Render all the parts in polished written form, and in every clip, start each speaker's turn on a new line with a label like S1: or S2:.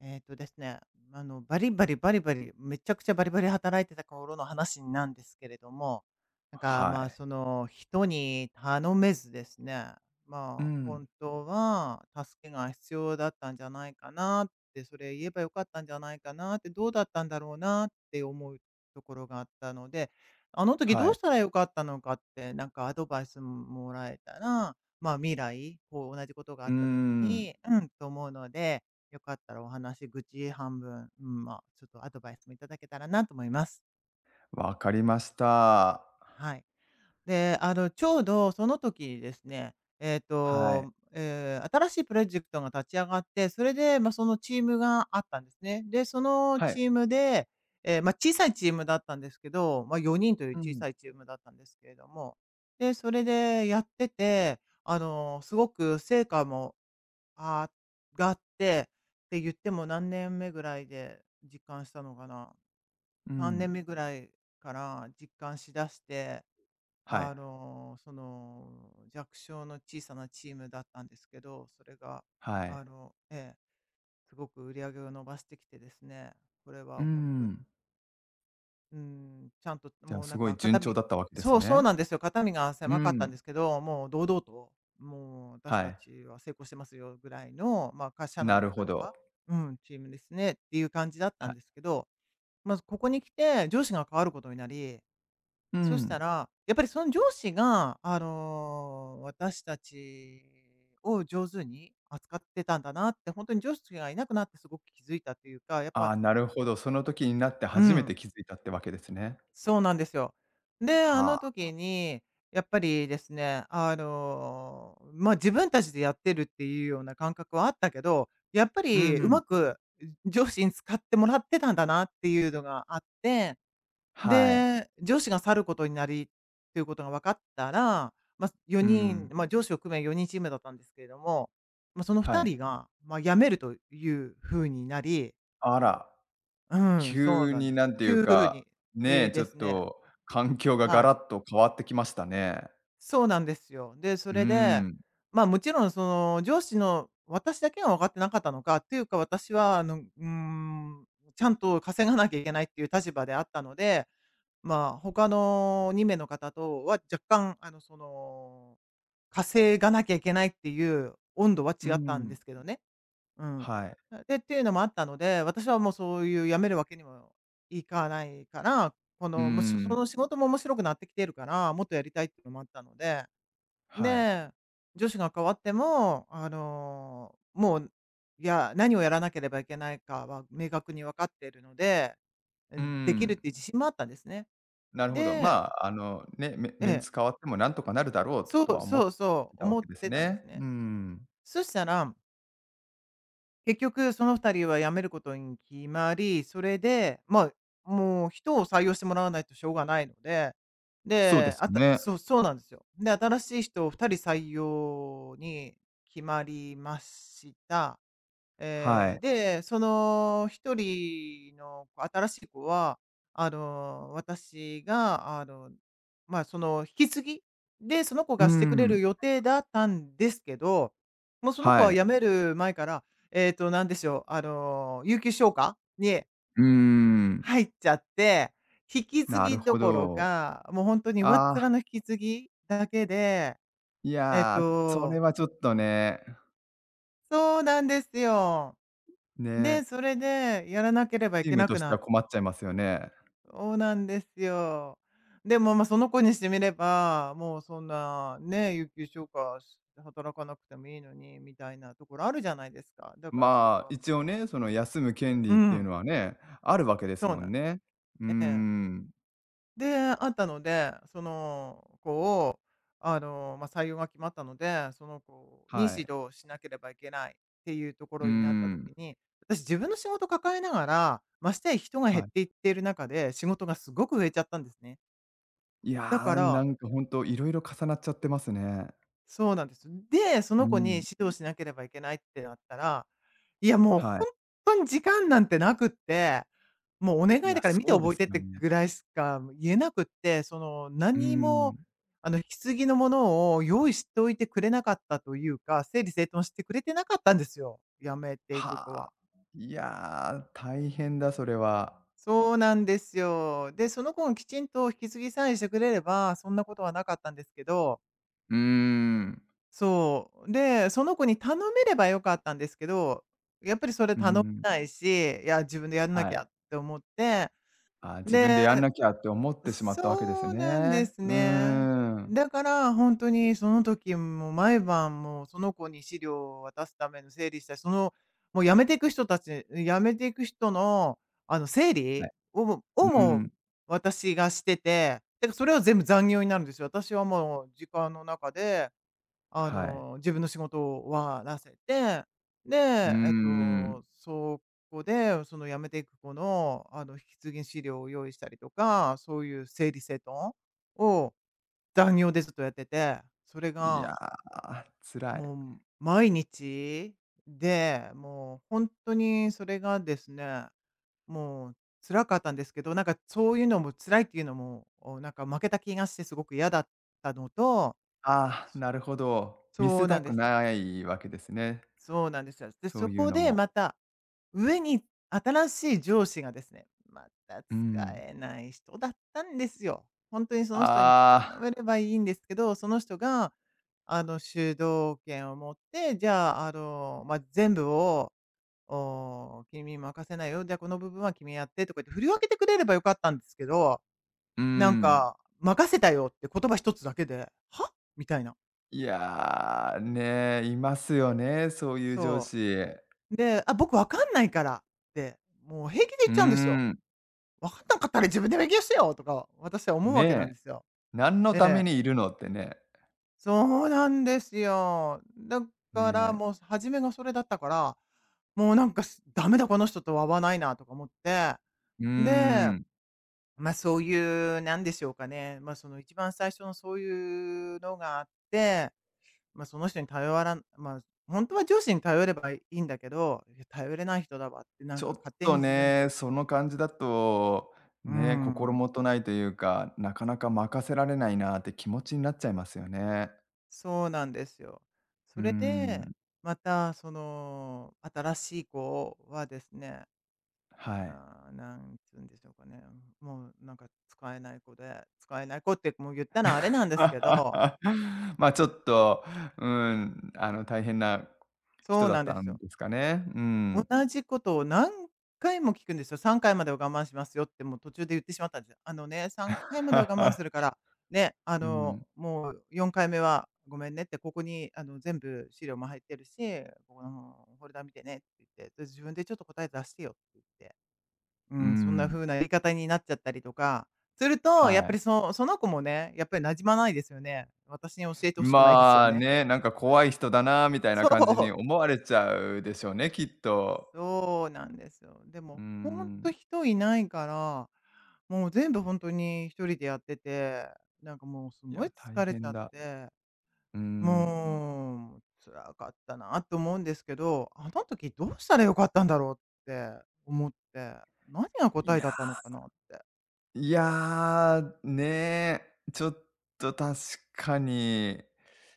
S1: えっとですね、バリバリバリバリ、めちゃくちゃバリバリ働いてた頃の話なんですけれども、
S2: はい。
S1: 人に頼めずですね、
S2: う
S1: まあ、
S2: ん、
S1: 本当は助けが必要だったんじゃないかなって、それ言えばよかったんじゃないかなって、どうだったんだろうなって思うところがあったので、あの時
S2: は
S1: どう
S2: い。
S1: したらよかったのかって、なんかアドバイスもらえたら、まあ、未来、こう、同じことがあ
S2: うー
S1: った時
S2: ん、
S1: に、うん、と思うので、よかったらお話、愚痴半分、うん、まあ、ちょっとアドバイスもいただけたらなと思います。
S2: わかりました。
S1: はい。で、あの、ちょうどその時にですね、
S2: はい。
S1: 新しいプロジェクトが立ち上がって、それで、まあ、そのチームがあったんですね。で、その
S2: はい。
S1: チームで、小さいチームだったんですけど、まあ、4人という
S2: う
S1: 小
S2: ん、
S1: さいチームだったんですけれども、で、それでやってて、あの、すごく成果もああ、があって、って言っても何年目ぐらいで実感したのかな。
S2: う
S1: 3年
S2: ん、
S1: 目ぐらいから実感しだして、
S2: はい、
S1: あの、その、弱小の小さなチームだったんですけど、それが、
S2: はい。
S1: あの、ええ、すごく売り上げを伸ばしてきてですね、これ
S2: うー
S1: は本当に
S2: ん。
S1: ちゃんと
S2: じゃあ、
S1: もう
S2: す
S1: なん
S2: ごい
S1: か
S2: 順
S1: 肩
S2: 調
S1: 身
S2: だったわけです
S1: そうそう
S2: ね。
S1: なんですよ。肩身が
S2: う
S1: 狭かったん
S2: ん、
S1: ですけど、もう堂々と、もう私
S2: は
S1: た
S2: い。
S1: ちは成功してますよぐらいの、まあ、会社内
S2: な
S1: の
S2: る
S1: 中
S2: ほ
S1: で
S2: ど。
S1: は、うん、チームですねっていう感じだった
S2: は
S1: んで
S2: い。
S1: すけど、まずここに来て上司が変わることになり、
S2: う
S1: そした
S2: ん。
S1: ら、やっぱりその上司が、あの、私たちを上手に扱ってたんだなって、本当に上司がいなくなってすごく気づいたっていうか、やっ
S2: あ
S1: ぱ
S2: あ、なるほど、その時になって
S1: う
S2: 初め
S1: ん、
S2: て気づいたってわけですね。
S1: そうなんですよ。で、あ
S2: は
S1: の
S2: あ。
S1: 時に、やっぱりですね、あの、まあ、自分たちでやってるっていうような感覚はあったけど、やっぱ
S2: う
S1: りう
S2: ん、
S1: まく上司に使ってもらってたんだなっていうのがあって、
S2: はい。
S1: で、上司が去ることになりっていうことが分かったら、まあ、
S2: う
S1: 4
S2: ん、
S1: 人、まあ、上司を含め4人チームだったんですけれども、まあ、その
S2: は
S1: 2
S2: い。
S1: 人が、まあ、辞めるという風になり、
S2: あら、
S1: うん、そう
S2: 急
S1: なん
S2: に
S1: です
S2: な
S1: よ。
S2: んていう
S1: 急
S2: か、
S1: に、
S2: ね
S1: え
S2: え、
S1: え、
S2: ちょ
S1: で
S2: っ
S1: すね、
S2: と環境がガ
S1: はい。
S2: ラッと変わってきましたね。
S1: そうなんですよ。で、そ
S2: うー
S1: れで、
S2: ん。
S1: まあ、もちろんその上司の私だけが分かってなかったのか、っていうか私はあの、うーん、ちゃんと稼がなきゃいけないっていう立場であったので、まあ、他の2名の方とは若干、あの、その、稼がなきゃいけないっていう温度は
S2: う
S1: 違ったんで
S2: ん。
S1: すけどね。うん。
S2: はい。
S1: で、っていうのもあったので、私はもうそういう辞めるわけにもいかないから、こ
S2: うー
S1: の、もうそ
S2: ん。
S1: の仕事も面白くなってきてるから、もっとやりたいっていうのもあったので、
S2: はい。
S1: で、女子が変わっても、あの、もう、いや、何をやらなければいけないかは明確に分かっているので、う
S2: うー
S1: ん、できるっ
S2: ん。
S1: ていう自信もあったんですね。
S2: なるほど。
S1: で
S2: まあ、ね、メ
S1: え
S2: メン
S1: え、
S2: ツ変わってもなんとかなるだろうとは思っ
S1: そ
S2: て
S1: う、
S2: たわ
S1: 思
S2: け
S1: っ
S2: です
S1: てたんです
S2: ね。うー
S1: ね。
S2: ん。
S1: そしたら結局その2人は辞めることに決まり、それで、まあ、もう人を採用してもらわないとしょうがないので、
S2: そうで
S1: で、
S2: す
S1: あた
S2: ね。
S1: そう、そうなんですよ。で、新しい人を2人採用に決まりました。
S2: は
S1: えー
S2: い。
S1: で、その一人の子新しい子は、あの、私が、あの、まあ、その引き継ぎで、その子
S2: う
S1: が
S2: ー
S1: してくれ
S2: ん。
S1: る予定だったんですけど、もうその子
S2: は
S1: は
S2: い。
S1: 辞める前から、えっと、なんでしょう、あの、有給消化に
S2: うーん。
S1: 入っちゃって、引き継
S2: なる
S1: ぎど
S2: ほ
S1: ころ
S2: ど。
S1: か、もう本当に上っ
S2: あ
S1: 面
S2: あ、
S1: の引き継ぎだけで、
S2: い
S1: えっ
S2: や、それ
S1: と
S2: はちょっとね、
S1: そうなんですよ。で、
S2: ね、
S1: それでやらなければい
S2: チー
S1: け
S2: ム
S1: な
S2: と
S1: く
S2: して
S1: な
S2: は
S1: っ
S2: 困っちゃいますよね。
S1: そうなんですよ。でも、まあ、その子にしてみれば、もうそんなね、有給消化し働かなくてもいいのにみたいなところあるじゃないですか。だからそれ
S2: まあ、
S1: は
S2: 一応ね、その休む権
S1: う
S2: 利っていう
S1: ん、
S2: のはね、あるわけです
S1: そう
S2: も
S1: な
S2: ん
S1: んです。
S2: ね。うー
S1: ええ。
S2: ん、
S1: で、あったので、その子を、あの、まあ、採用が決まったので、その子に
S2: はい。
S1: 指導しなければいけないっていうとこ
S2: うー
S1: ろになった時
S2: ん。
S1: に、私自分の仕事抱えながら、ましてや人が減っ
S2: はい。
S1: ていっている中で、仕事がすごく増えちゃったんですね。
S2: い
S1: だ
S2: や
S1: か
S2: ー、な
S1: ら
S2: んかほんといろ重なっちゃってますね。
S1: そうなんです。で、そ
S2: う
S1: の子に
S2: ん、
S1: 指導しなければいけないってなったら、いや、もう
S2: はい。
S1: 本当に時間なんてなくって、もうお願い
S2: いや、
S1: だから見て
S2: そうで
S1: 覚え
S2: す
S1: てっ
S2: よ
S1: て
S2: ね。
S1: ぐらいしか言えなくって、その、
S2: うー
S1: 何も、
S2: ん。
S1: あの、引き継ぎのものを用意しておいてくれなかったというか、整理整頓してくれてなかったんですよ、辞めていく子
S2: はあ。
S1: は。
S2: いやー、大変だ、それは。
S1: そうなんですよ。で、その子がきちんと引き継ぎさえしてくれれば、そんなことはなかったんですけど
S2: うーん。
S1: そう。で、その子に頼めればよかったんですけど、やっぱりそれ
S2: う
S1: 頼め
S2: ん、
S1: ないし、いや、自分でやんなき
S2: はい。
S1: ゃって思って、
S2: あ、自分でやん
S1: で、
S2: なきゃって思ってしまったわけです
S1: そうなんで
S2: ね。
S1: す
S2: うー
S1: ね。
S2: ん。
S1: だから本当にその時も毎晩もうその子に資料を渡すための整理したり、その、もう辞めていく人たち辞めていく人の、あの、整
S2: はい。
S1: 理をもを
S2: う
S1: も
S2: ん、
S1: 私がしてて、てかそれは全部残業になるんですよ。私はもう時間の中であ
S2: はい。
S1: の、自分の仕事を終わらせて、
S2: うー
S1: で、
S2: ん。
S1: そこで、その辞めていく子の、あの、引き継ぎ資料を用意したりとか、そういう整理整頓を残業でずっとやってて、それ
S2: い
S1: が
S2: やー、辛い。
S1: もう毎日で、もう本当にそれがですね、もう辛かったんですけど、なんかそういうのも辛いっていうのも、お、なんか負けた気がしてすごく嫌だったのと
S2: ああ、なるほど。見
S1: そ
S2: せ
S1: うな
S2: た
S1: ん
S2: く
S1: ですよ。
S2: ないわけですね、
S1: そうなんですよ。で、
S2: そ
S1: そ
S2: ういう
S1: こ
S2: の
S1: で
S2: も。
S1: また、上に新しい上司がですね、また
S2: う
S1: 使
S2: ん。
S1: えない人だったんですよ。本当にその人に
S2: あ
S1: 頼
S2: あ。
S1: めればいいんですけど、その人が、あの、主導権を持って、じゃあ、あの、まあ、全部を、お「君に任せないよ。じゃ、あこの部分は君やって」とか言って振り分けてくれればよかったんですけど、
S2: うー
S1: なん
S2: ん。
S1: か「任せたよ」って言葉一つだけで「は？」みたいな。
S2: いや、ね、いますよね、そういう上
S1: そ
S2: 司。
S1: う。で、あ、僕分かんないからって、もう平気で言
S2: う
S1: っ
S2: ー
S1: ちゃうんですよ。
S2: ん。
S1: 分かんなかったら自分で勉強してよとか、私は思うわけなん
S2: ね、
S1: ですよ。
S2: 何の
S1: え
S2: ため
S1: え。
S2: にいるのってね。
S1: そうなんですよ。だから
S2: ね。
S1: もう初めがそれだったから、もうなんかすダメだこの人とは合わないなとか思って、
S2: うー
S1: で、
S2: ん。
S1: ま、そういうなんでしょうかね、ま、その一番最初のそういうのがあって、ま、その人に頼らんま、あ本当は上司に頼ればいいんだけど、いや頼れない人だわってなん
S2: ちょ
S1: か
S2: っ
S1: 勝手に
S2: と
S1: 自分
S2: ね、
S1: で
S2: その感じだと、
S1: うー
S2: ね、心
S1: ん、
S2: もとないというか、なかなか任せられないなって気持ちになっちゃいますよね。
S1: そうなんですよ。
S2: う
S1: そ
S2: ー
S1: れで、
S2: ん、
S1: またその新しい子はですね、
S2: はい。
S1: まあ、なんつうんでしょうかね、もうなんか使えない子で、使えない子ってもう言ったらあれなんですけど、
S2: ま、ちょっと、うん、大変な人
S1: そう
S2: だっ
S1: なんで
S2: た
S1: す
S2: ん
S1: よ。
S2: ですかね。うん。
S1: 同じことを何回も聞くんですよ。3回までは我慢しますよってもう途中で言ってしまったんですよ。あのね、3回までは我慢するから、ね、
S2: うん。
S1: もう4回目はごめんねって、ここに全部資料も入ってるし、ここのフォルダ見てねって言って、で自分でちょっと答え出してよって言って、う
S2: う
S1: ん、そんな
S2: ん、
S1: 風な言い方になっちゃったりとか、すると、
S2: は
S1: やっぱり
S2: い。
S1: その子もね、やっぱり馴染まないですよね。私に教えて欲しくないですよ
S2: まあ、
S1: ね。
S2: ね、なんか怖い人だなみたいな
S1: そ
S2: 感じに
S1: う。
S2: 思われちゃうでしょうね、きっと。
S1: そうなんですよ。で
S2: う
S1: も、ほん
S2: ん、
S1: と人いないから、もう全部ほんとに一人でやってて、なんかもうす
S2: い
S1: ごい
S2: や、大
S1: 疲れちゃ
S2: 変
S1: っ
S2: だ。
S1: て、
S2: うん。
S1: もう辛かったなと思うんですけど、あの時どうしたらよかったんだろうって思って、何が答
S2: い
S1: え
S2: や、
S1: だったのかなって。
S2: いや、ね、ちょっと確かに、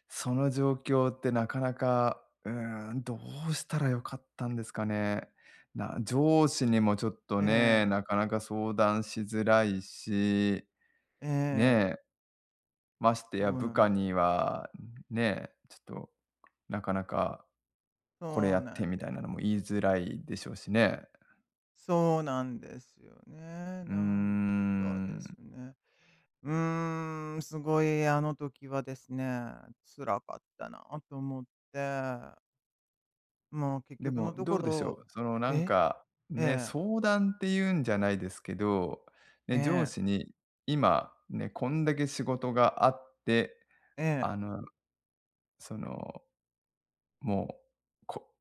S2: その状況ってなかなか、うーん、どうしたらよかったんですかね。な上司にもちょっと
S1: え
S2: ね、な
S1: え、
S2: かなか相談しづらいし、
S1: ええ、
S2: ねまして
S1: そ
S2: や
S1: う
S2: 部
S1: なん
S2: 下
S1: です
S2: に
S1: よ。
S2: は、ね、ちょっとなかなか
S1: そ
S2: これや
S1: う
S2: っ
S1: な
S2: て
S1: ん
S2: み
S1: で
S2: たいな
S1: す
S2: の
S1: よ。
S2: も言いづらいでしょうしね。
S1: そうなんですよね。
S2: うー
S1: なんかです
S2: ん。
S1: ね。うーん、すごいあの時はですね、辛かったなと思って、もう結
S2: で
S1: 局
S2: も
S1: のと
S2: ど
S1: こ
S2: うでしょ
S1: ろ、
S2: う、そのなん
S1: え、
S2: か、ね、
S1: ええ、
S2: 相談っていうんじゃないですけど、
S1: え
S2: ね、上
S1: え、
S2: 司に今ね、こんだけ仕事があって、
S1: ええ、
S2: あの、その、もう、こ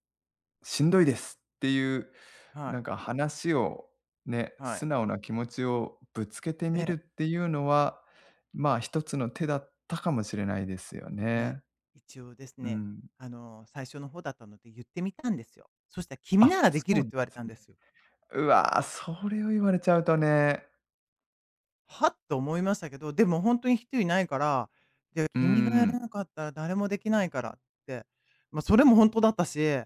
S2: しんどいですっていう、
S1: は
S2: な
S1: い、
S2: んか話をね、
S1: はい、
S2: 素直な気持ちをぶつけて
S1: え
S2: みる
S1: え、
S2: っていうのは、まあ、一つの手だったかもしれないですよ
S1: いや、
S2: ね。
S1: 一応です
S2: う
S1: ね、
S2: ん。
S1: 最初の方だったので言ってみたんですよ。そしたら君な
S2: あ、
S1: らで
S2: そ
S1: き
S2: う
S1: る
S2: な
S1: っ
S2: ん
S1: て
S2: で
S1: 言われ
S2: す
S1: たん
S2: ね。
S1: ですよ。
S2: うわ、それを言われちゃうとね、
S1: はっと思いましたけど、でも本当に人いないから、じゃあ
S2: う
S1: 君がや
S2: ん。
S1: らなかったら誰もできないからって、まあそれも本当だったし、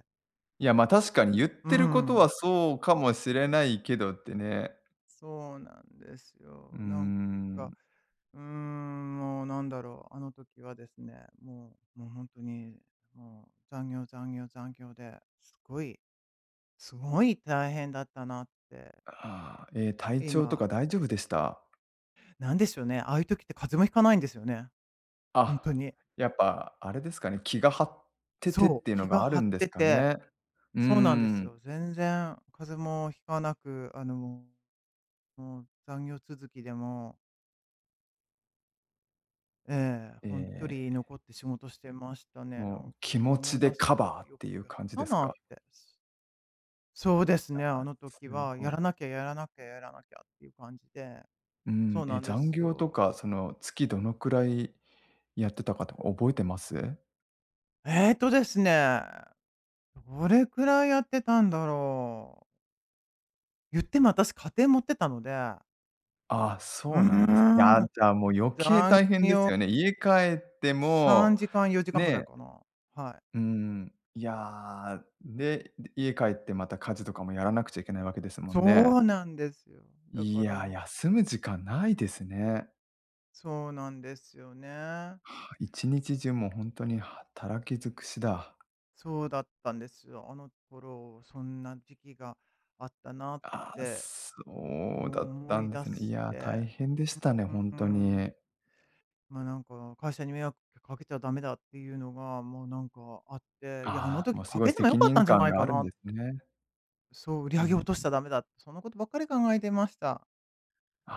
S2: いや、ま、あ確かに言っ
S1: う
S2: てることは
S1: ん。
S2: そうかもしれないけどってね。
S1: そうなんです
S2: うー
S1: よ。なん
S2: ん、
S1: か、うーん、もうなんだろう、あの時はですね、もう本当に、もう残業残業残業で、すごい大変だったなって、
S2: ああ、ええ、体調と
S1: 今、
S2: か大丈夫でした？
S1: なんでしょうね、ああいう時って風邪もひかないんですよね、本
S2: あ、
S1: 当に。
S2: やっぱあれですかね、気が張っててっ
S1: そ
S2: て
S1: う、
S2: いうの
S1: 気が
S2: がある
S1: 張っ
S2: んです
S1: て
S2: か
S1: て、
S2: ね。うー
S1: そうなんです
S2: ん。
S1: よ。全然風邪もひかなく、もう残業続きでもええ、
S2: え
S1: 本当距離
S2: え、
S1: 残って仕事してましたね。な
S2: も
S1: ん
S2: う
S1: か
S2: 気
S1: 今
S2: 持ち
S1: 思い
S2: で
S1: 出せ
S2: カ
S1: ば、
S2: バーっ
S1: よ
S2: てい
S1: く
S2: う
S1: やっ
S2: 感じで
S1: た
S2: す
S1: な
S2: か？
S1: って。そうですね、あ
S2: あ
S1: の
S2: す
S1: 時は
S2: ご
S1: や
S2: い。
S1: らなきゃやらなきゃやらなきゃっていう感じで、
S2: う
S1: そ
S2: ん、
S1: う
S2: え、
S1: なんで
S2: 残
S1: す
S2: 業と
S1: よ。
S2: か、その、月どのくらいやってたかとか覚えてます？
S1: えっとですね、どれくらいやってたんだろう。言っても私家庭持ってたので、
S2: ああ、
S1: う
S2: そうなんです。いや、
S1: ーん、
S2: じゃあ、もう余計
S1: だん
S2: 大変ですよね。家帰って
S1: 3
S2: も、
S1: 時間、4時間ぐら
S2: ね、
S1: いかな。はい。
S2: うん、いや、で、家帰ってまた家事とかもやらなくちゃいけないわけですも
S1: そ
S2: んね。
S1: うなんですよ。だ
S2: い
S1: か
S2: や、
S1: ら、
S2: 休む時間ないですね。
S1: そうなんですよね。
S2: 一日中もう本当に働き尽くしだ。
S1: そうだったんですよ。あの頃、そんな時期があったなっ
S2: ああ、
S1: て
S2: そうだっ
S1: 思
S2: た
S1: い
S2: んで
S1: 出
S2: すね。い
S1: し
S2: や、
S1: て、
S2: 大変でしたね、
S1: うん
S2: 本
S1: う
S2: 当
S1: ん、
S2: に。
S1: ま、なんか会社に迷惑かけちゃダメだっていうのが、もうなんかあって、いや、あの
S2: ああ、
S1: 時
S2: もうす
S1: か
S2: ごい
S1: けても良
S2: 責
S1: かっ
S2: 任
S1: たんじゃ
S2: 感
S1: ない
S2: があ
S1: か
S2: るん
S1: な、
S2: ですね。
S1: そう売り
S2: う
S1: 上げ落とし
S2: ん
S1: ちゃダメだって、そんなことばっかり考えてました。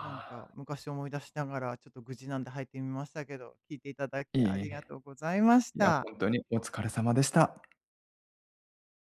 S1: なんか
S2: あ、
S1: 昔思い出しながら、ちょっと愚痴なんで入ってみましたけど、聞いていただき
S2: いえ
S1: あ
S2: い
S1: り
S2: え。
S1: がとうございまし
S2: いや、
S1: た。
S2: 本当にお疲れ様でした。